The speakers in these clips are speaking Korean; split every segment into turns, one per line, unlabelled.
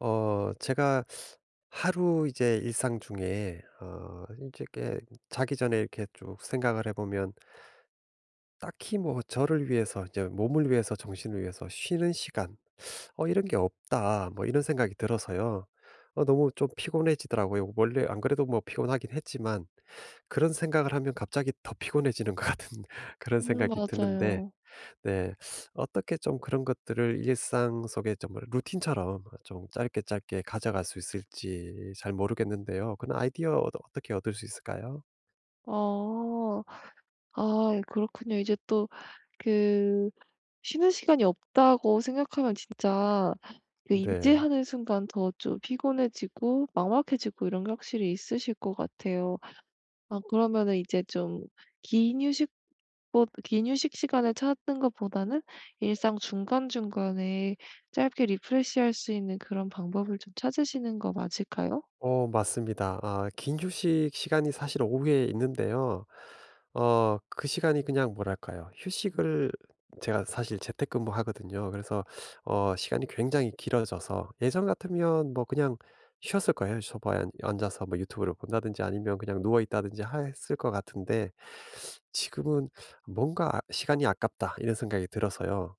제가 하루 이제 일상 중에 이제 이렇게 자기 전에 이렇게 쭉 생각을 해 보면 딱히 뭐 저를 위해서 이제 몸을 위해서 정신을 위해서 쉬는 시간 '이런 게 없다.' 뭐 이런 생각이 들어서요. 너무 좀 피곤해지더라고요. 원래 안 그래도 뭐 피곤하긴 했지만 그런 생각을 하면 갑자기 더 피곤해지는 것 같은 그런
음,
생각이 드는데.
맞아요.
네. 어떻게 좀 그런 것들을 일상 속에 정말 루틴처럼 좀 짧게 짧게 가져갈 수 있을지 잘 모르겠는데요. 그런 아이디어 어떻게 얻을 수 있을까요?
아. 아, 그렇군요. 이제 또 그 쉬는 시간이 없다고 생각하면 진짜 그
네.
인지하는 순간 더 좀 피곤해지고 막막해지고, 이런 게 확실히 있으실 것 같아요. 아, 그러면은 이제 좀 긴 휴식 긴 휴식 시간을 찾는 것보다는 일상 중간중간에 짧게 리프레시할 수 있는 그런 방법을 좀 찾으시는 거 맞을까요?
맞습니다. 아, 긴 휴식 시간이 사실 오후에 있는데요. 그 시간이 그냥 뭐랄까요. 휴식을, 제가 사실 재택근무하거든요. 그래서 시간이 굉장히 길어져서 예전 같으면 뭐 그냥 쉬었을 거예요. 소파에 앉 앉아서 뭐 유튜브를 본다든지 아니면 그냥 누워 있다든지 했을 것 같은데, 지금은 뭔가 '시간이 아깝다.' 이런 생각이 들어서요.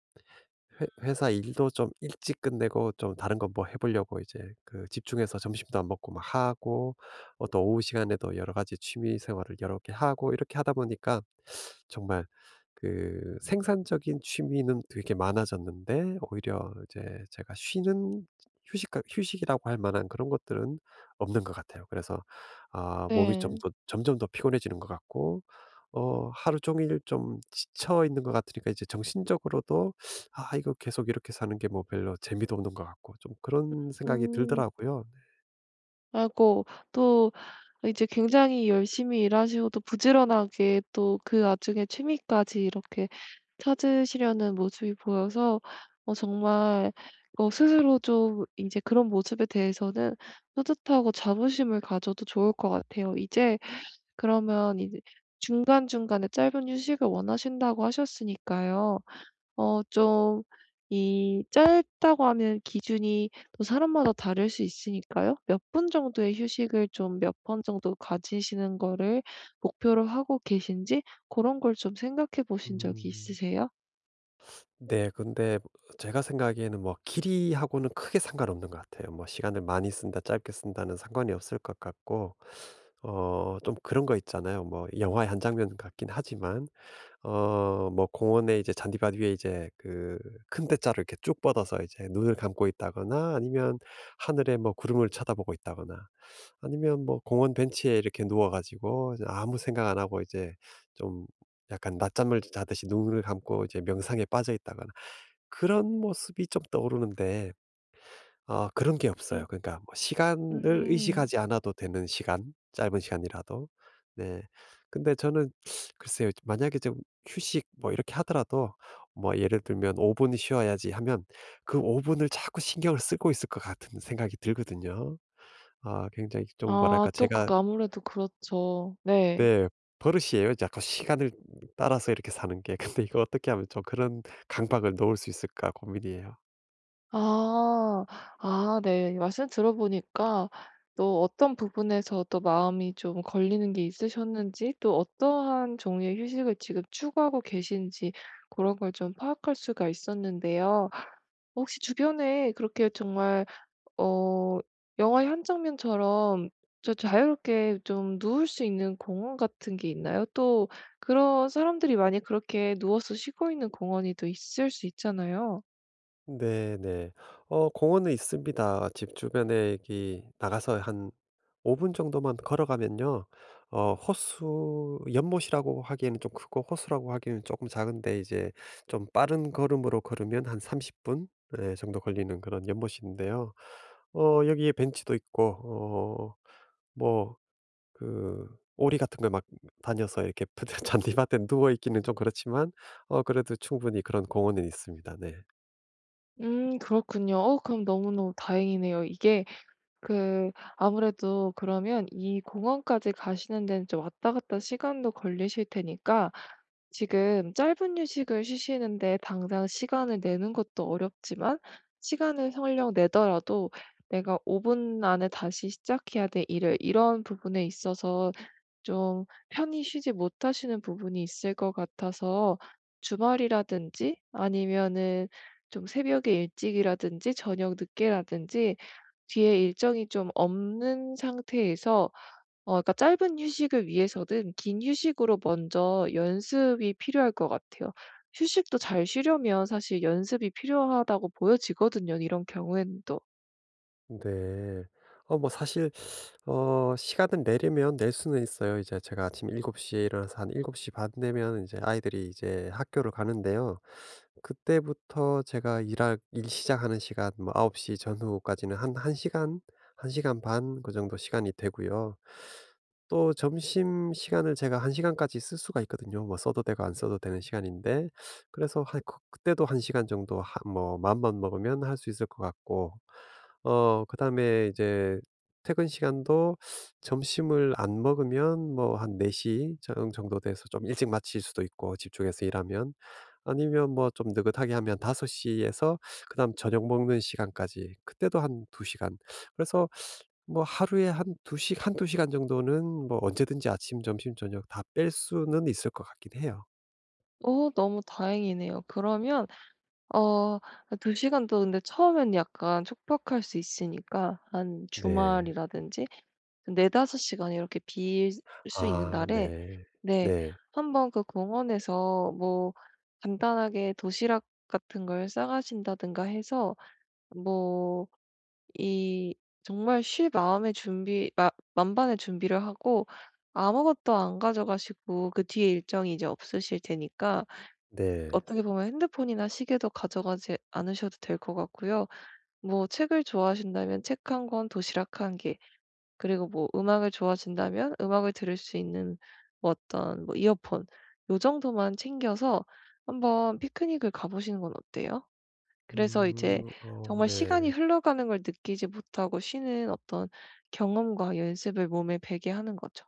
회 회사 일도 좀 일찍 끝내고 좀 다른 거 뭐 해 보려고 이제 그 집중해서 점심도 안 먹고 막 하고, 또 오후 시간에도 여러 가지 취미 생활을 여러 개 하고 이렇게 하다 보니까 정말 그 생산적인 취미는 되게 많아졌는데, 오히려 이제 제가 쉬는, 휴식이라고 할 만한 그런 것들은 없는 것 같아요. 그래서 아, 몸이 좀
네.
더 점점 더 피곤해지는 것 같고 하루 종일 좀 지쳐 있는 것 같으니까, 이제 정신적으로도 '아 이거 계속 이렇게 사는 게 뭐 별로 재미도 없는 것 같고.' 좀 그런 생각이
음.
들더라고요.
아이고, 또 이제 굉장히 열심히 일하시고, 또 부지런하게, 또 그 와중에 취미까지 이렇게 찾으시려는 모습이 보여서 정말 스스로 좀 이제 그런 모습에 대해서는 뿌듯하고 자부심을 가져도 좋을 것 같아요. 이제 그러면 이제 중간중간에 짧은 휴식을 원하신다고 하셨으니까요. 좀 이 짧다고 하면 기준이 또 사람마다 다를 수 있으니까요. 몇 분 정도의 휴식을 좀 몇 번 정도 가지시는 거를 목표로 하고 계신지, 그런 걸 좀 생각해 보신 적이
음.
있으세요?
네. 근데 제가 생각하기에는 뭐 길이하고는 크게 상관없는 것 같아요. 뭐 시간을 많이 쓴다 짧게 쓴다는 상관이 없을 것 같고, 좀 그런 거 있잖아요. 뭐 영화의 한 장면 같긴 하지만, 뭐 공원에 이제 잔디밭 위에 이제 그 큰 대자로 이렇게 쭉 뻗어서 이제 눈을 감고 있다거나, 아니면 하늘에 뭐 구름을 쳐다보고 있다거나, 아니면 뭐 공원 벤치에 이렇게 누워 가지고 이제 아무 생각 안 하고 이제 좀 약간 낮잠을 자듯이 눈을 감고 이제 명상에 빠져 있다거나, 그런 모습이 좀 떠오르는데 아, 그런 게 없어요.
음.
그러니까 뭐 시간을
음.
의식하지 않아도 되는 시간, 짧은 시간이라도. 네. 근데 저는 글쎄요. 만약에 좀 휴식 뭐 이렇게 하더라도 뭐 예를 들면 '5분 분 쉬어야지.' 하면 그 5분 분을 자꾸 신경을 쓰고 있을 것 같은 생각이 들거든요. 아, 굉장히 좀
아,
뭐랄까
또
제가.
그 아무래도 그렇죠. 네.
네. 버릇이에요. 자꾸 시간을 따라서 이렇게 사는 게. 근데 이거 어떻게 하면 좀 그런 강박을 놓을 수 있을까 고민이에요.
아. 아, 네. 말씀 들어보니까 또 어떤 부분에서 또 마음이 좀 걸리는 게 있으셨는지, 또 어떠한 종류의 휴식을 지금 추구하고 계신지 그런 걸 좀 파악할 수가 있었는데요. 혹시 주변에 그렇게 정말 어 영화의 한 장면처럼 저 자유롭게 좀 누울 수 있는 공원 같은 게 있나요? 또 그런 사람들이 많이 그렇게 누워서 쉬고 있는 공원이 또 있을 수 있잖아요.
네네. 공원은 있습니다. 집 주변에 여기 나가서 한 5분 정도만 걸어가면요. 호수 연못이라고 하기에는 좀 크고 호수라고 하기에는 조금 작은데, 이제 좀 빠른 걸음으로 걸으면 한 30분 분, 예, 정도 걸리는 그런 연못인데요. 여기에 벤치도 있고, 뭐 그 오리 같은 걸 막 다녀서 이렇게 잔디밭에 누워 있기는 좀 그렇지만, 그래도 충분히 그런 공원은 있습니다. 네.
음, 그렇군요. 그럼 너무너무 다행이네요. 이게, 그 아무래도 그러면 이 공원까지 가시는 데는 좀 왔다 갔다 시간도 걸리실 테니까, 지금 짧은 휴식을 쉬시는데 당장 시간을 내는 것도 어렵지만, 시간을 설령 내더라도 '내가 5분 안에 다시 시작해야 될 일을' 이런 부분에 있어서 좀 편히 쉬지 못하시는 부분이 있을 것 같아서, 주말이라든지 아니면은 좀 새벽에 일찍이라든지 저녁 늦게라든지 뒤에 일정이 좀 없는 상태에서, 그러니까 짧은 휴식을 위해서든 긴 휴식으로 먼저 연습이 필요할 것 같아요. 휴식도 잘 쉬려면 사실 연습이 필요하다고 보여지거든요, 이런 경우에는 또.
네. 뭐 사실 시간을 내려면 낼 수는 있어요. 이제 제가 아침 7시에 일어나서 한7시 반 되면 이제 아이들이 이제 학교를 가는데요. 그때부터 제가 일할 일 시작하는 시간 뭐9시 전후까지는 한 1시간 시간, 한 시간 반 그 정도 시간이 되고요. 또 점심시간을 제가 1시간 시간까지 쓸 수가 있거든요. 뭐 써도 되고 안 써도 되는 시간인데, 그래서 한 그때도 1시간 시간 정도 하 뭐 마음만 먹으면 할 수 있을 것 같고. 그다음에 이제 퇴근 시간도 점심을 안 먹으면 뭐 한4시정 정도 돼서 좀 일찍 마칠 수도 있고, 집중해서 일하면. 아니면 뭐 좀 느긋하게 하면 5시 에서 그다음 저녁 먹는 시간까지, 그때도 한 2시간 시간. 그래서 뭐 하루에 한 2시 한두 시간 정도는 뭐 언제든지 아침, 점심, 저녁 다 뺄 수는 있을 것 같긴 해요.
오, 너무 다행이네요. 그러면 어 2 시간도 근데 처음엔 약간 촉박할 수 있으니까, 한
네.
주말이라든지 4-5 시간 이렇게 빌 수 있는
아
날에
네.
네,
네.
한번 그 공원에서 뭐 간단하게 도시락 같은 걸 싸 가신다든가 해서, 뭐 이 정말 쉴 마음의 준비, 마 만반의 준비를 하고 아무것도 안 가져가시고, 그 뒤에 일정이 이제 없으실 테니까
네.
어떻게 보면 핸드폰이나 시계도 가져가지 않으셔도 될 것 같고요. 뭐 책을 좋아하신다면 책 한 권, 도시락 한 개, 그리고 뭐 음악을 좋아하신다면 음악을 들을 수 있는 뭐 어떤 뭐 이어폰, 요 정도만 챙겨서 한번 피크닉을 가 보시는 건 어때요? 그래서 이제
음. 어
정말 시간이
네.
흘러가는 걸 느끼지 못하고 쉬는 어떤 경험과 연습을 몸에 배게 하는 거죠.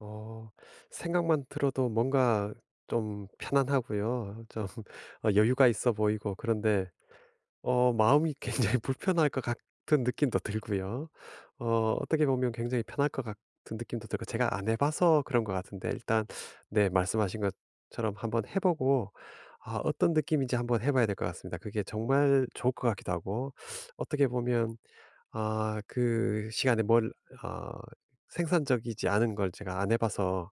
어. 생각만 들어도 뭔가 좀 편안하고요. 좀 여유가 있어 보이고, 그런데 마음이 굉장히 불편할 것 같은 느낌도 들고요. 어 어떻게 보면 굉장히 편할 것 같은 느낌도 들고, 제가 안 해 봐서 그런 것 같은데, 일단 네, 말씀하신 것처럼 한번 해 보고 아, 어떤 느낌인지 한번 해 봐야 될 것 같습니다. 그게 정말 좋을 것 같기도 하고, 어떻게 보면 아, 그 시간에 뭘 어 생산적이지 않은 걸 제가 안 해 봐서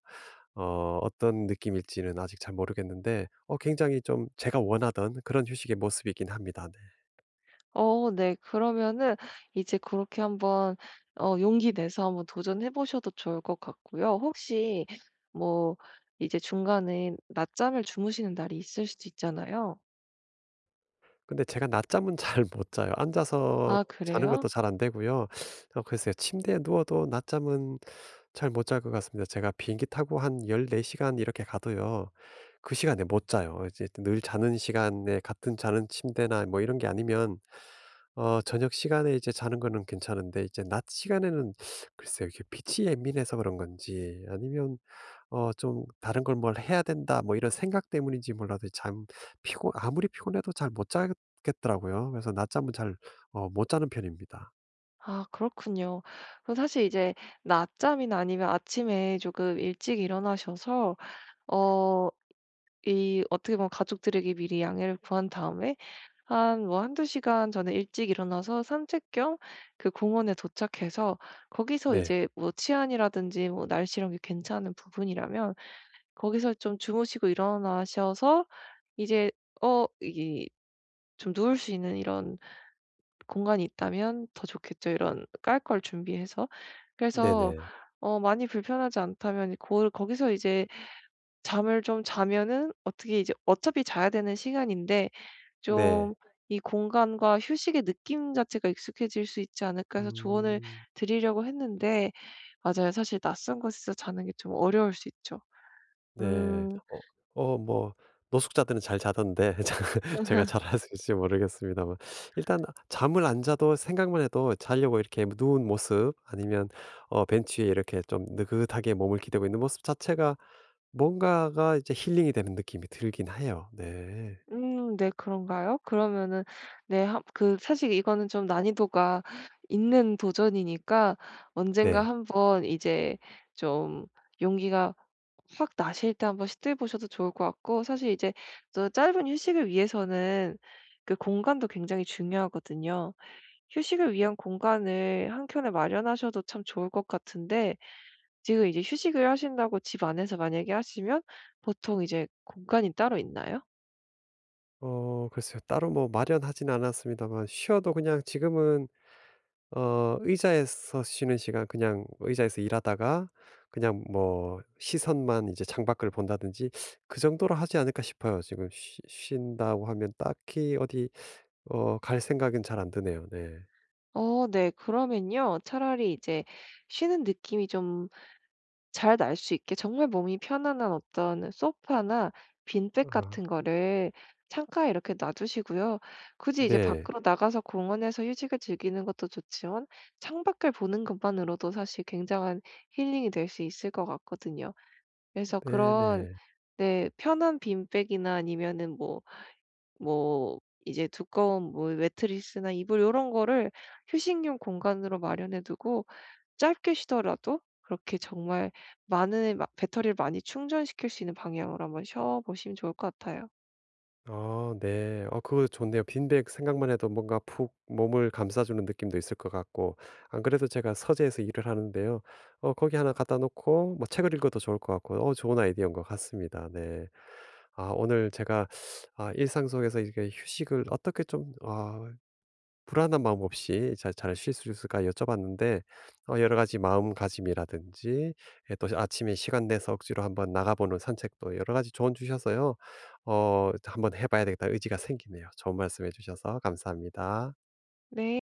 어떤 느낌일지는 아직 잘 모르겠는데, 굉장히 좀 제가 원하던 그런 휴식의 모습이긴 합니다. 네.
어, 네. 그러면은 이제 그렇게 한번 용기 내서 한번 도전해 보셔도 좋을 것 같고요. 혹시 뭐 이제 중간에 낮잠을 주무시는 날이 있을 수도 있잖아요.
근데 제가 낮잠은 잘 못 자요. 앉아서
아,
자는 것도
그래요?
잘 안 되고요. 글쎄요. 침대에 누워도 낮잠은 잘 못 잘 것 같습니다. 제가 비행기 타고 한 14시간 이렇게 가도요. 그 시간에 못 자요. 이제 늘 자는 시간에 같은 자는 침대나 뭐 이런 게 아니면, 저녁 시간에 이제 자는 거는 괜찮은데 이제 낮 시간에는 글쎄요. 이게 빛이 예민해서 그런 건지, 아니면 좀 '다른 걸 뭘 해야 된다.' 뭐 이런 생각 때문인지 몰라도, 잠 피곤 아무리 피곤해도 잘 못 자겠더라고요. 그래서 낮잠은 잘 못 자는 편입니다.
아, 그렇군요. 그럼 사실 이제 낮잠이나 아니면 아침에 조금 일찍 일어나셔서, 어 이 어떻게 보면 가족들에게 미리 양해를 구한 다음에 한 뭐 한두 시간 전에 일찍 일어나서 산책 겸 그 공원에 도착해서, 거기서
네.
이제 뭐 치안이라든지 뭐 날씨, 이런 게 괜찮은 부분이라면 거기서 좀 주무시고 일어나셔서 이제, 이게 좀 누울 수 있는 이런 공간이 있다면 더 좋겠죠. 이런 깔 걸 준비해서. 그래서
네네.
많이 불편하지 않다면 고 거기서 이제 잠을 좀 자면은, 어떻게 이제 어차피 자야 되는 시간인데
네.
좀 이 공간과 휴식의 느낌 자체가 익숙해질 수 있지 않을까 해서 조언을
음.
드리려고 했는데. 맞아요, 사실 낯선 곳에서 자는 게 좀 어려울 수 있죠.
네.
음.
뭐 노숙자들은 잘 자던데 자, 제가 잘할 수 있을지 모르겠습니다만 일단 잠을 안 자도 생각만 해도, 자려고 이렇게 누운 모습, 아니면 벤치에 이렇게 좀 느긋하게 몸을 기대고 있는 모습 자체가 뭔가가 이제 힐링이 되는 느낌이 들긴 해요. 네.
음, 네, 그런가요? 그러면은 네, 한 그 사실 이거는 좀 난이도가 있는 도전이니까 언젠가
네.
한번 이제 좀 용기가 확 나실 때 한번 시도해 보셔도 좋을 것 같고, 사실 이제 또 짧은 휴식을 위해서는 그 공간도 굉장히 중요하거든요. 휴식을 위한 공간을 한켠에 마련하셔도 참 좋을 것 같은데, 지금 이제 휴식을 하신다고 집 안에서 만약에 하시면 보통 이제 공간이 따로 있나요?
글쎄요. 따로 뭐 마련하진 않았습니다만, 쉬어도 그냥 지금은 의자에서 쉬는 시간 그냥 뭐 의자에서 일하다가 그냥 뭐 시선만 이제 창밖을 본다든지, 그 정도로 하지 않을까 싶어요. 지금 쉬 쉰다고 하면 딱히 어디 갈 생각은 잘 안 드네요. 네.
어, 네. 그러면요, 차라리 이제 쉬는 느낌이 좀 잘 날 수 있게 정말 몸이 편안한 어떤 소파나 빈백
아.
같은 거를 창가에 이렇게 놔 두시고요. 굳이 이제
네.
밖으로 나가서 공원에서 휴식을 즐기는 것도 좋지만 창밖을 보는 것만으로도 사실 굉장한 힐링이 될 수 있을 것 같거든요. 그래서 그런,
네네.
네, 편한 빈백이나 아니면은 뭐 이제 두꺼운 뭐 매트리스나 이불 요런 거를 휴식용 공간으로 마련해 두고 짧게 쉬더라도 그렇게 정말 많은 배터리를 많이 충전시킬 수 있는 방향으로 한번 쉬어 보시면 좋을 것 같아요.
아 네. 그거 좋네요. 빈백 생각만 해도 뭔가 푹 몸을 감싸주는 느낌도 있을 것 같고. 안 그래도 제가 서재에서 일을 하는데요. 거기 하나 갖다 놓고 뭐 책을 읽어도 좋을 것 같고, 좋은 아이디어인 것 같습니다. 네. 아, 오늘 제가 아, 일상 속에서 이렇게 휴식을 어떻게 좀아 불안한 마음 없이, 자, "잘 쉴 수 있을까?" 여쭤봤는데 여러 가지 마음가짐이라든지, 예, 또 아침에 시간 내서 억지로 한번 나가 보는 산책도, 여러 가지 조언 주셔서요. '한번 해 봐야 되겠다.' 의지가 생기네요. 좋은 말씀해 주셔서 감사합니다.
네.